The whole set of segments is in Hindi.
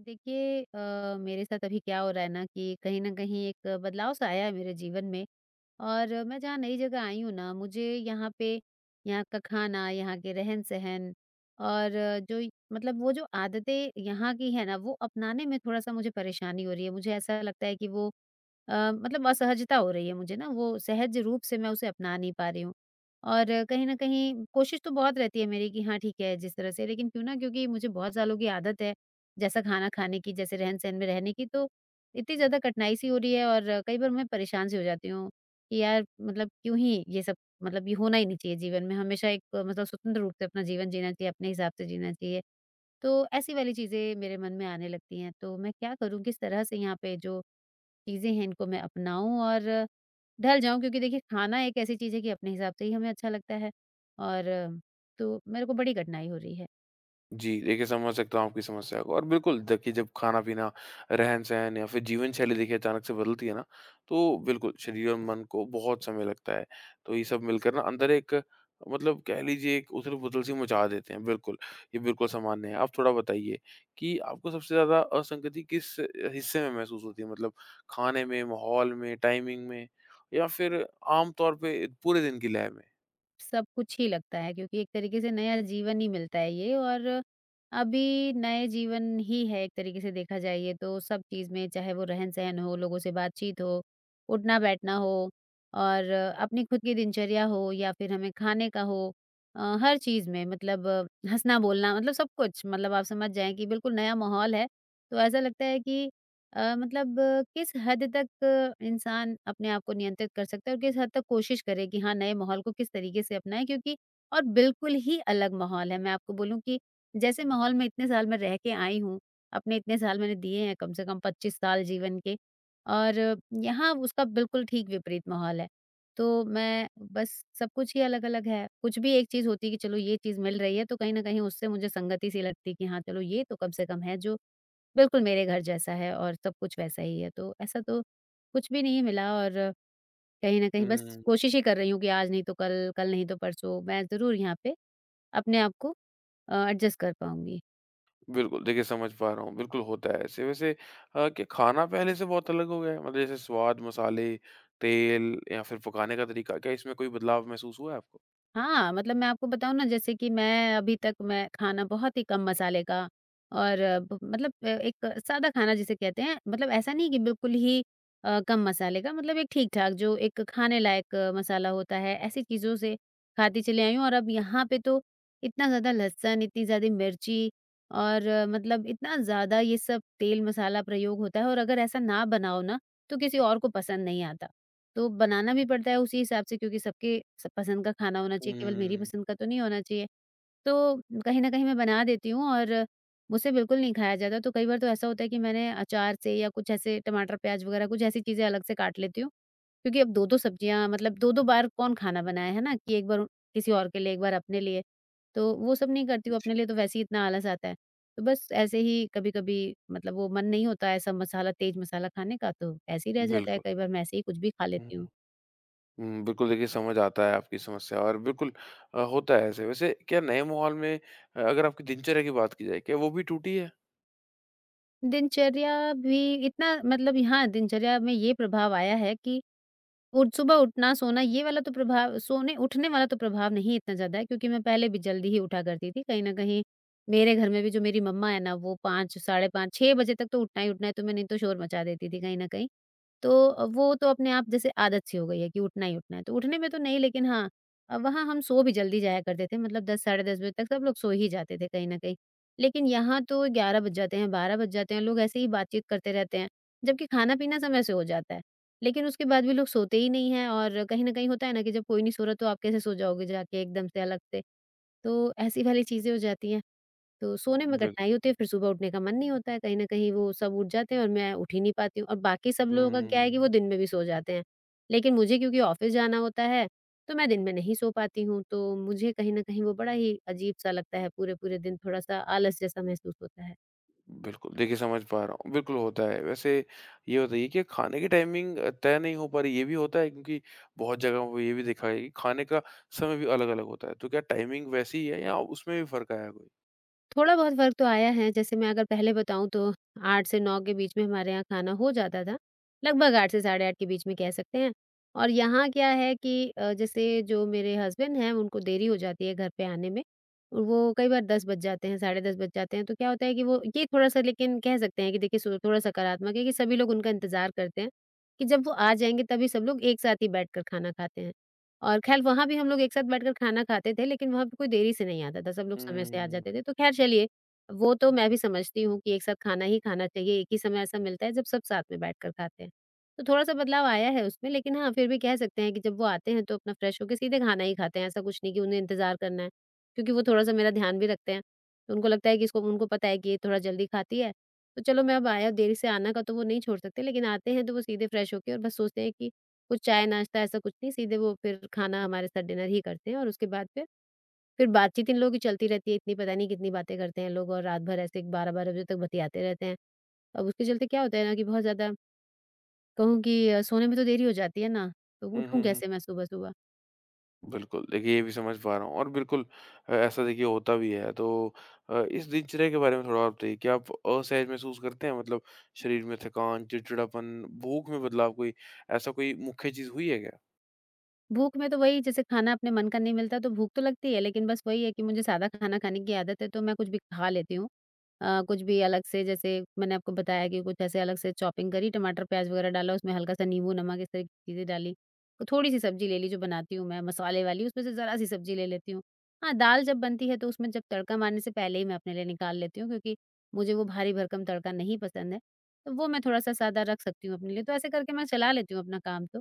देखिए मेरे साथ अभी क्या हो रहा है ना कि कहीं न कहीं एक बदलाव सा आया है मेरे जीवन में। और मैं जहाँ नई जगह आई हूँ ना, मुझे यहाँ पे यहाँ का खाना, यहाँ के रहन-सहन और जो मतलब वो जो आदतें यहाँ की है ना, वो अपनाने में थोड़ा-सा मुझे परेशानी हो रही है। मुझे ऐसा लगता है कि वो मतलब असहजता हो रही है मुझे ना, वो सहज रूप से मैं उसे अपना नहीं पा रही हूँ। और कहीं न कहीं कोशिश तो बहुत रहती है मेरी कि हाँ, ठीक है जिस तरह से, लेकिन क्यों ना, क्योंकि मुझे बहुत सालों की आदत है जैसा खाना खाने की, जैसे रहन-सहन में रहने की, तो इतनी ज़्यादा कठिनाई सी हो रही है और कई बार मैं परेशान सी हो जाती हूँ। कि यार मतलब क्यों ही ये सब, मतलब ये होना ही नहीं चाहिए जीवन में। हमेशा एक मतलब स्वतंत्र रूप से अपना जीवन जीना चाहिए, अपने हिसाब से जीना चाहिए। तो ऐसी वाली चीज़ें मेरे मन में आने लगती हैं, तो मैं क्या करूँ? किस तरह से यहाँ पे जो चीज़ें हैं इनको मैं अपनाऊँ और ढल जाऊँ? क्योंकि देखिए, खाना एक ऐसी चीज़ है कि अपने हिसाब से ही हमें अच्छा लगता है, और तो मेरे को बड़ी कठिनाई हो रही है। जी, देखिए समझ सकता हूँ आपकी समस्या को और बिल्कुल देखिए, जब खाना-पीना, रहन-सहन या फिर जीवन-शैली देखिए अचानक से बदलती है ना, तो बिल्कुल शरीर और मन को बहुत समय लगता है। तो ये सब मिलकर ना अंदर एक, मतलब कह लीजिए, एक उथल-पुथल सी मचा देते हैं, बिल्कुल। ये बिल्कुल सामान्य है। आप थोड़ा बताइए कि आपको सबसे ज़्यादा असंगति किस हिस्से में महसूस होती है? मतलब खाने में, माहौल में, टाइमिंग में, या फिर आम तौर पे पूरे दिन की लय में? सब कुछ ही लगता है, क्योंकि एक तरीके से नया जीवन ही मिलता है ये, और अभी नए जीवन ही है एक तरीके से देखा जाए। ये तो सब चीज़ में, चाहे वो रहन-सहन हो, लोगों से बातचीत हो, उठना-बैठना हो और अपनी खुद की दिनचर्या हो या फिर हमें खाने का हो, हर चीज़ में मतलब हँसना-बोलना, मतलब सब कुछ, मतलब आप समझ जाएँ कि बिल्कुल नया माहौल है। तो ऐसा लगता है कि मतलब किस हद तक इंसान अपने आप को नियंत्रित कर सकता है, और किस हद तक कोशिश करे कि हाँ, नए माहौल को किस तरीके से अपनाएं, क्योंकि और बिल्कुल ही अलग माहौल है। मैं आपको बोलूँ कि जैसे माहौल में इतने साल मैं रह के आई हूँ, अपने इतने साल मैंने दिए हैं, कम से कम 25 साल जीवन के, और यहाँ उसका बिल्कुल ठीक विपरीत माहौल है। तो मैं बस, सब कुछ ही अलग-अलग है। कुछ भी एक चीज़ होती है कि चलो ये चीज़ मिल रही है तो कहीं न कहीं उससे मुझे संगति सी लगती है कि हाँ, चलो, ये तो कम से कम है जो बिल्कुल मेरे घर जैसा है और सब कुछ वैसा ही है, तो ऐसा तो कुछ भी नहीं मिला। और कहीं न कहीं बस हुँ। कोशिश ही कर रही हूँ कि आज नहीं तो कल, कल नहीं तो परसों, मैं ज़रूर यहाँ पे अपने आप को एडजस्ट कर पाऊँगी। बिल्कुल, देखिए समझ पा रहा हूँ, बिल्कुल होता है ऐसे। वैसे क्या खाना पहले से बहुत अलग हो गया है? मतलब जैसे स्वाद, मसाले, तेल या फिर पकाने का तरीका, क्या इसमें कोई बदलाव महसूस हुआ है आपको? हाँ, मतलब मैं आपको बताऊँ ना, जैसे कि मैं अभी तक मैं खाना बहुत ही कम मसाले का, और ब मतलब एक सादा खाना जिसे कहते हैं, मतलब ऐसा नहीं कि बिल्कुल ही कम मसाले का, मतलब एक ठीक-ठाक जो एक खाने लायक मसाला होता है, ऐसी चीज़ों से खाती चली आई हूँ। और अब यहाँ पे तो इतना ज़्यादा लहसुन, इतनी ज़्यादा मिर्ची और मतलब इतना ज़्यादा ये सब तेल मसाला प्रयोग होता है, और अगर ऐसा ना बनाओ ना, तो किसी और को पसंद नहीं आता। तो बनाना भी पड़ता है उसी हिसाब से, क्योंकि सबके सब पसंद का खाना होना चाहिए, केवल मेरी हुँ, पसंद का तो नहीं होना चाहिए। तो कहीं न कहीं मैं बना देती हूँ, और मुझसे बिल्कुल नहीं खाया जाता, तो कई बार तो ऐसा होता है कि मैंने अचार से या कुछ ऐसे टमाटर, प्याज़ वगैरह कुछ ऐसी चीज़ें अलग से काट लेती हूँ। क्योंकि अब 2-2 सब्जियाँ, मतलब 2-2 बार कौन खाना बनाए, है ना? कि एक बार किसी और के लिए, एक बार अपने लिए, तो वो सब नहीं करती हूँ। जी, अपने लिए तो वैसे ही इतना आलस आता है। तो बस ऐसे ही कभी-कभी, मतलब वो मन नहीं होता ऐसा मसाला, तेज़ मसाला खाने का, तो ऐसे ही रह जाता है। बिल्कुल। कई बार मैं ऐसे ही कुछ भी खा हुँ, लेती हूँ। हुँ। बिल्कुल देखिए समझ आता है आपकी समस्या, और बिल्कुल होता है ऐसे। वैसे क्या नए माहौल में अगर आपकी दिनचर्या की बात की जाए, क्या वो भी टूटी है? दिनचर्या भी इतना, मतलब यहाँ दिनचर्या में ये प्रभाव आया है कि उठ सुबह उठना, सोना, ये वाला तो प्रभाव सोने उठने वाला तो प्रभाव नहीं इतना ज़्यादा है, क्योंकि मैं पहले भी जल्दी ही उठा करती थी। कहीं न कहीं मेरे घर में भी जो मेरी मम्मा है ना, वो 5, साढ़े 5, 6 बजे तक तो उठना ही उठना है, तो मैं नहीं तो शोर मचा देती थी कहीं न कहीं। तो वो तो अपने आप जैसे आदत सी हो गई है कि उठना ही उठना है। तो उठने में तो नहीं, लेकिन हाँ, वहाँ हम सो भी जल्दी जाया करते थे, मतलब 10, साढ़े 10 बजे तक सब लोग सो ही जाते थे कहीं न कहीं। लेकिन यहाँ तो 11 बज जाते हैं, 12 बज जाते हैं, लोग ऐसे ही बातचीत करते रहते हैं। जबकि खाना-पीना समय से हो जाता है। लेकिन उसके बाद भी लोग सोते ही नहीं हैं, और कहीं न कहीं होता है ना कि जब कोई नहीं सो रहा, तो आप कैसे सो जाओगे जाके एकदम से अलग से? तो ऐसी वाली चीज़ें हो जाती हैं। तो सोने में कठिनाई बिल्कुल। होती है, फिर सुबह उठने का मन नहीं होता है, कहीं न कहीं वो सब उठ जाते हैं और मैं उठ ही नहीं पाती हूँ, और बाकी सब लोगों का क्या है कि हुँ। वो दिन में भी सो जाते हैं। लेकिन मुझे क्योंकि ऑफ़िस जाना होता है, तो मैं दिन में नहीं सो पाती हूँ, तो मुझे कहीं न कहीं वो बड़ा ही अजीब-सा लगता है, पूरे-पूरे दिन थोड़ा-सा आलस जैसा महसूस होता है। बिल्कुल, देखिए समझ पा रहा हूँ। बिल्कुल होता है। वैसे ये बताइए कि खाने की टाइमिंग तय नहीं हो पा रही, ये भी होता है? क्योंकि बहुत जगहों पे ये भी देखा है कि खाने का समय भी अलग-अलग होता है। तो क्या टाइमिंग वैसी ही है, या उसमें भी फ़र्क आया है कोई? थोड़ा बहुत फ़र्क तो आया है। जैसे मैं अगर पहले बताऊँ, तो 8 से 9 के बीच में हमारे यहाँ खाना हो जाता था, लगभग 8 से साढ़े 8 के बीच में कह सकते हैं। और यहाँ क्या है कि जैसे जो मेरे हस्बैंड हैं, उनको देरी हो जाती है घर पे आने में। वो कई बार 10 बज जाते हैं, साढ़े 10 बज जाते हैं, तो क्या होता है कि वो ये थोड़ा-सा, लेकिन कह सकते हैं कि देखिए, सो थोड़ा सकारात्मक है कि सभी लोग उनका इंतज़ार करते हैं, कि जब वो आ जाएँगे तभी सब लोग एक साथ ही बैठकर खाना खाते हैं। और ख़ैर वहाँ भी हम लोग एक साथ बैठकर खाना खाते थे, लेकिन वहाँ पे कोई देरी से नहीं आता था, सब लोग समय से आ हुँ। जाते थे। तो ख़ैर चलिए, वो तो मैं भी समझती हूँ कि एक साथ खाना ही खाना चाहिए, एक ही समय ऐसा मिलता है जब सब साथ में बैठकर खाते हैं। तो थोड़ा-सा बदलाव आया है उसमें, लेकिन हाँ, फिर भी कह सकते हैं कि जब वो आते हैं तो अपना फ्रेश होके सीधे खाना ही खाते हैं, ऐसा कुछ नहीं कि उन्हें इंतज़ार करना है। क्योंकि वो थोड़ा-सा मेरा ध्यान भी रखते हैं, तो उनको लगता है कि इसको, उनको पता है कि ये थोड़ा जल्दी खाती है, तो चलो, मैं अब आया, देरी से आना का तो वो नहीं छोड़ सकते, लेकिन आते हैं तो वो सीधे फ्रेश होके, और बस सोचते हैं कि कुछ चाय-नाश्ता ऐसा कुछ नहीं, सीधे वो फिर खाना हमारे साथ डिनर ही करते हैं। और उसके बाद फिर बातचीत इन लोगों की चलती रहती है, इतनी पता नहीं कितनी बातें करते हैं लोग, और रात भर ऐसे 12-12 बजे तक बतियाते रहते हैं। अब उसके चलते क्या होता है ना कि बहुत ज़्यादा कहूँ कि सोने में तो देरी हो जाती है ना, तो हुँ, उठूँ हुँ, हुँ। कैसे मैं सुबह-सुबह? बिल्कुल, देखिए ये भी समझ पा रहा हूँ, और बिल्कुल ऐसा देखिए होता भी है। तो इस दिनचर्या के बारे में थोड़ा और बताइए, क्या आप असहज महसूस करते हैं? मतलब शरीर में थकान, चिड़चिड़ापन, भूख में बदलाव, कोई ऐसा कोई मुख्य चीज़ हुई है क्या? भूख में तो वही, जैसे खाना अपने मन का नहीं मिलता तो भूख तो लगती है, लेकिन बस वही है कि मुझे सादा खाना खाने की आदत है तो मैं कुछ भी खा लेती हूँ। कुछ भी अलग से, जैसे मैंने आपको बताया कि कुछ ऐसे अलग से चॉपिंग करी, टमाटर, प्याज़ वग़ैरह डाला, उसमें हल्का-सा नींबू, नमक, इस तरह की चीज़ें डाली। तो थोड़ी-सी सब्ज़ी ले ली जो बनाती हूँ मैं मसाले वाली, उसमें से ज़रा-सी सब्ज़ी ले लेती हूँ। हाँ, दाल जब बनती है तो उसमें जब तड़का मारने से पहले ही मैं अपने लिए निकाल लेती हूँ, क्योंकि मुझे वो भारी-भरकम तड़का नहीं पसंद है। तो वो मैं थोड़ा-सा सादा रख सकती हूँ अपने लिए, तो ऐसे करके मैं चला लेती हूँ अपना काम तो।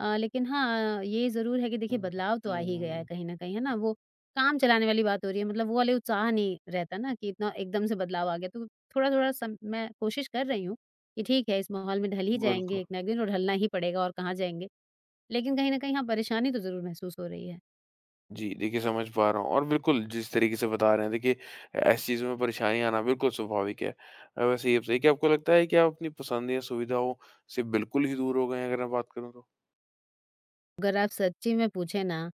लेकिन हाँ, ये ज़रूर है कि देखिए, हुँ। बदलाव तो आ ही गया है हुँ, कहीं न कहीं, है ना? वो काम चलाने वाली बात हो रही है, मतलब वो वाले उत्साह नहीं रहता ना कि इतना एकदम से बदलाव आ गया। तो थोड़ा-थोड़ा सम मैं कोशिश कर रही हूँ कि ठीक है, इस माहौल में ढल ही बिल्कुल। जाएँगे एक ना एक दिन, और ढलना ही पड़ेगा, और कहाँ जाएँगे। लेकिन कहीं न कहीं हाँ, परेशानी तो ज़रूर महसूस हो रही है। जी, देखिए समझ पा रहा हूँ, और बिल्कुल जिस तरीके से बता रहे हैं, देखिए ऐसी चीज़ों में परेशानी आना बिल्कुल स्वाभाविक है। वैसे ये बताइए कि आपको लगता है कि आप अपनी पसंद या सुविधाओं से बिल्कुल ही दूर हो गए हैं, अगर मैं बात करूँ तो? अगर आप सच्ची में पूछे ना,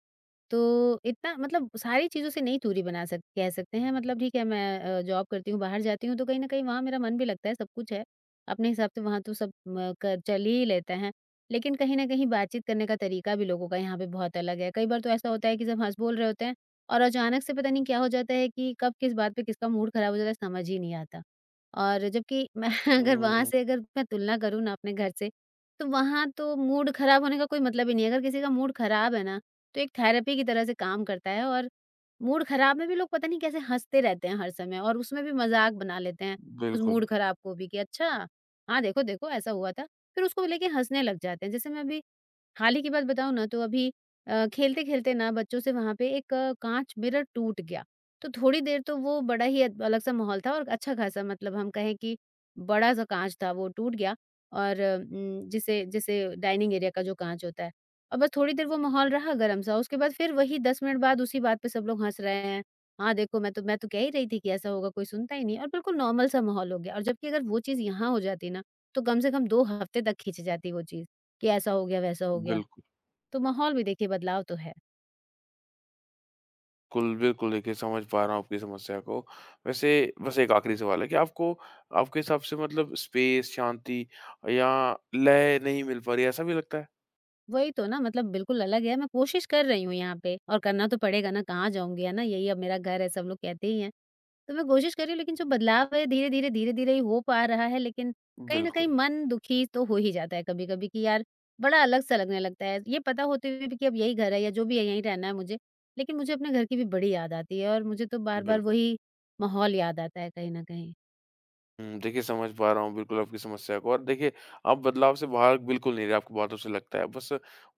तो इतना मतलब सारी चीज़ों से नहीं, दूरी बना सक कह सकते हैं। मतलब ठीक है, मैं जॉब करती हूँ, बाहर जाती हूँ, तो कहीं न कहीं वहाँ मेरा मन भी लगता है, सब कुछ है। अपने हिसाब से वहाँ तो सब म क चल ही लेते हैं। लेकिन कहीं न कहीं बातचीत करने का तरीका भी लोगों का यहाँ पे बहुत अलग है। कई बार तो ऐसा होता है कि सब हँस-बोल रहे होते हैं और अचानक से पता नहीं क्या हो जाता है कि कब किस बात पे किसका मूड खराब हो जाता है, समझ ही नहीं आता। और जबकि मैं अगर वहाँ हुँ, से अगर मैं तुलना करूँ ना अपने घर से, तो वहाँ तो मूड खराब होने का कोई मतलब ही नहीं है। अगर किसी का मूड खराब है ना, तो एक थेरेपी की तरह से काम करता है, और मूड खराब में भी लोग पता नहीं कैसे हँसते रहते हैं हर समय, और उसमें भी मज़ाक बना लेते हैं उस बिल्कुल, मूड खराब को भी कि अच्छा, हाँ, देखो, देखो ऐसा हुआ था। फिर उसको लेके हँसने लग जाते हैं। जैसे मैं अभी हाल ही की बात बताऊँ ना, तो अभी खेलते-खेलते ना बच्चों से वहाँ पे एक काँच मिरर टूट गया। तो थोड़ी देर तो वो बड़ा ही अद अलग-सा माहौल था, और अच्छा-खासा, मतलब हम कहें कि बड़ा-सा काँच था वो टूट गया, और जिसे जिसे डाइनिंग एरिया का जो काँच होता है। और बस थोड़ी देर वो माहौल रहा गरम-सा, उसके बाद फिर वही 10 मिनट बाद उसी बात पे सब लोग हँस रहे हैं। हाँ, देखो, मैं तो कह ही रही थी कि ऐसा होगा, कोई सुनता ही नहीं, और बिल्कुल नॉर्मल सा माहौल हो गया। और जबकि अगर वो चीज़ यहाँ हो जाती ना, तो कम से कम 2 हफ्ते तक खींची जाती वो चीज़, कि ऐसा हो गया, वैसा हो गया। बिल्कुल। तो माहौल में देखिए बदलाव तो है। कुल बिल्कुल देखिए समझ पा रहा हूँ आपकी समस्या को। वैसे बस एक आखिरी सवाल है कि आपको, आपके हिसाब से मतलब स्पेस, शांति या लय नहीं मिल पा रही है, ऐसा भी लगता है? वही तो ना, मतलब बिल्कुल अलग है। मैं कोशिश कर रही हूँ यहाँ पे, और करना तो पड़ेगा ना, कहाँ जाऊँगी, है ना? यही अब मेरा घर है, सब लोग कहते ही हैं। तो मैं कोशिश कर रही हूँ, लेकिन जो बदलाव है धीरे-धीरे, धीरे-धीरे ही हो पा रहा है, लेकिन कहीं न कहीं बिल्कुल, मन दुखी तो हो ही जाता है कभी-कभी, कि यार, बड़ा अलग-सा लगने लगता है। ये पता होते हुए भी कि अब यही घर है, या जो भी है यहीं रहना है मुझे, लेकिन मुझे अपने घर की भी बड़ी याद आती है, और मुझे तो बार-बार बिल्कुल। वही माहौल याद आता है कहीं न कहीं। देखिए समझ पा रहा हूँ बिल्कुल आपकी समस्या को, और देखिए आप बदलाव से बाहर बिल्कुल नहीं रहे, आपकी बातों से लगता है। बस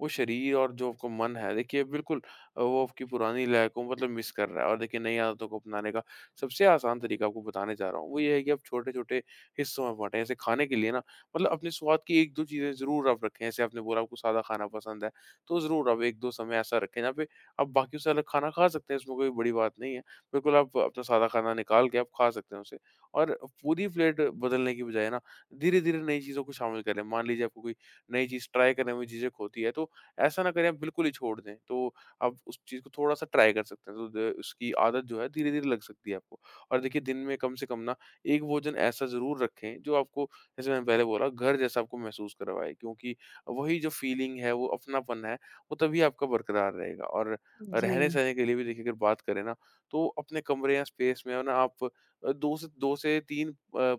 वो शरीर और जो आपका मन है, देखिए बिल्कुल वो आपकी पुरानी लय को मतलब मिस कर रहा है, और देखिए नई आदतों को अपनाने का सबसे आसान तरीका आपको बताने जा रहा हूँ, वो ये है कि आप छोटे-छोटे हिस्सों में बाँटें। जैसे खाने के लिए ना, मतलब अपने स्वाद की 1-2 चीज़ें ज़रूर आप रखें, जैसे आपने बोला आपको सादा खाना पसंद है, तो ज़रूर आप 1-2 समय ऐसा रखें जहाँ पे आप बाकियों से अलग खाना खा सकते हैं, इसमें कोई बड़ी बात नहीं है। बिल्कुल आप अपना सादा खाना निकाल के आप खा सकते हैं उसे। और पूरी प्लेट बदलने की बजाय ना, धीरे-धीरे नई चीज़ों को शामिल करें। मान लीजिए आपको कोई नई चीज़ ट्राई करने में झिझक होती है, तो ऐसा ना करें आप बिल्कुल ही छोड़ दें। तो आप उस चीज़ को थोड़ा-सा ट्राई कर सकते हैं। तो द उसकी आदत जो है धीरे-धीरे लग सकती है आपको। और देखिए, दिन में कम से कम ना 1 भोजन ऐसा ज़रूर रखें जो आपको, जैसे मैंने पहले बोला, घर जैसा आपको महसूस करवाए, क्योंकि वही जो फीलिंग है, वो अपनापन है, वो तभी आपका बरकरार रहेगा। और जी, रहने-सहने के लिए भी देखिए, अगर बात करें ना, तो अपने कमरे या स्पेस में ना आप 2 से 2 से 3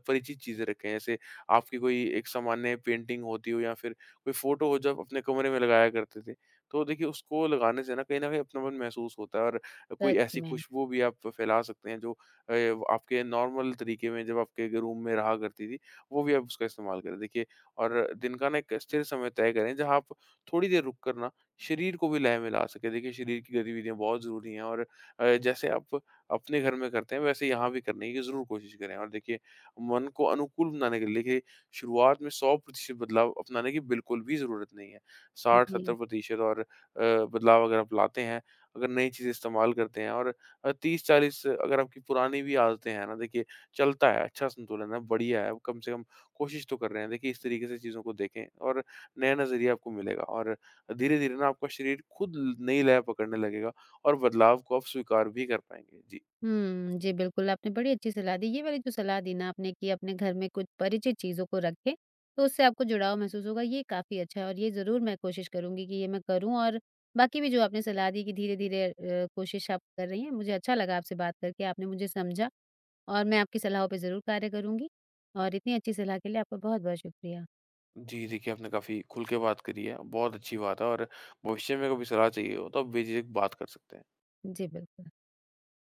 परिचित चीज़ें रखें। जैसे आपकी कोई एक सामान्य पेंटिंग होती हो, या फिर कोई फ़ोटो हो जब अपने कमरे में लगाया करते थे। तो देखिए उसको लगाने से ना कहीं न कहीं अपनापन महसूस होता है, और कोई सच ऐसी में। खुशबू भी आप फैला सकते हैं जो आपके नॉर्मल तरीके में जब आपके रूम में रहा करती थी, वो भी आप उसका इस्तेमाल करें। देखिए, और दिन का ना एक स्थिर समय तय करें, जहाँ आप थोड़ी देर रुक कर ना शरीर को भी लय में ला सकें। देखिए शरीर की गतिविधियाँ बहुत ज़रूरी हैं, और जैसे आप अपने घर में करते हैं वैसे यहाँ भी करने की ज़रूर कोशिश करें। और देखिए, मन को अनुकूल बनाने के लिए, देखिए शुरुआत में 100% बदलाव अपनाने की बिल्कुल भी ज़रूरत नहीं है। जी। 60-70% और बदलाव अगर आप लाते हैं, अगर नई चीज़ें इस्तेमाल करते हैं, और 30-40 अगर आपकी पुरानी भी आदतें हैं ना, देखिए चलता है, अच्छा संतुलन है, बढ़िया है, कम से कम कोशिश तो कर रहे हैं। देखिए इस तरीके से चीज़ों को देखें, और नया नज़रिया आपको मिलेगा, और धीरे-धीरे ना आपका शरीर खुद नई लय पकड़ने लगेगा, और बदलाव को आप स्वीकार भी कर पाएँगे। जी। हुँ, जी, बिल्कुल, आपने बड़ी अच्छी सलाह दी। ये वाली जो सलाह दी ना आपने, कि अपने घर में कुछ परिचित चीज़ों को रखें, तो उससे आपको जुड़ाव महसूस होगा, ये काफ़ी अच्छा है, और ये ज़रूर मैं कोशिश करूँगी कि ये मैं करूँ। और बाकी भी जो आपने सलाह दी कि धीरे-धीरे कोशिश आप कर रही हैं, मुझे अच्छा लगा आपसे बात करके, आपने मुझे समझा, और मैं आपकी सलाहों पे ज़रूर कार्य करूँगी, और इतनी अच्छी सलाह के लिए आपका बहुत-बहुत शुक्रिया। जी, देखिए आपने काफ़ी खुल के बात करी है, बहुत अच्छी बात है, और भविष्य में कभी सलाह चाहिए हो, तो आप बेझिझक बात कर सकते हैं। जी, बिल्कुल।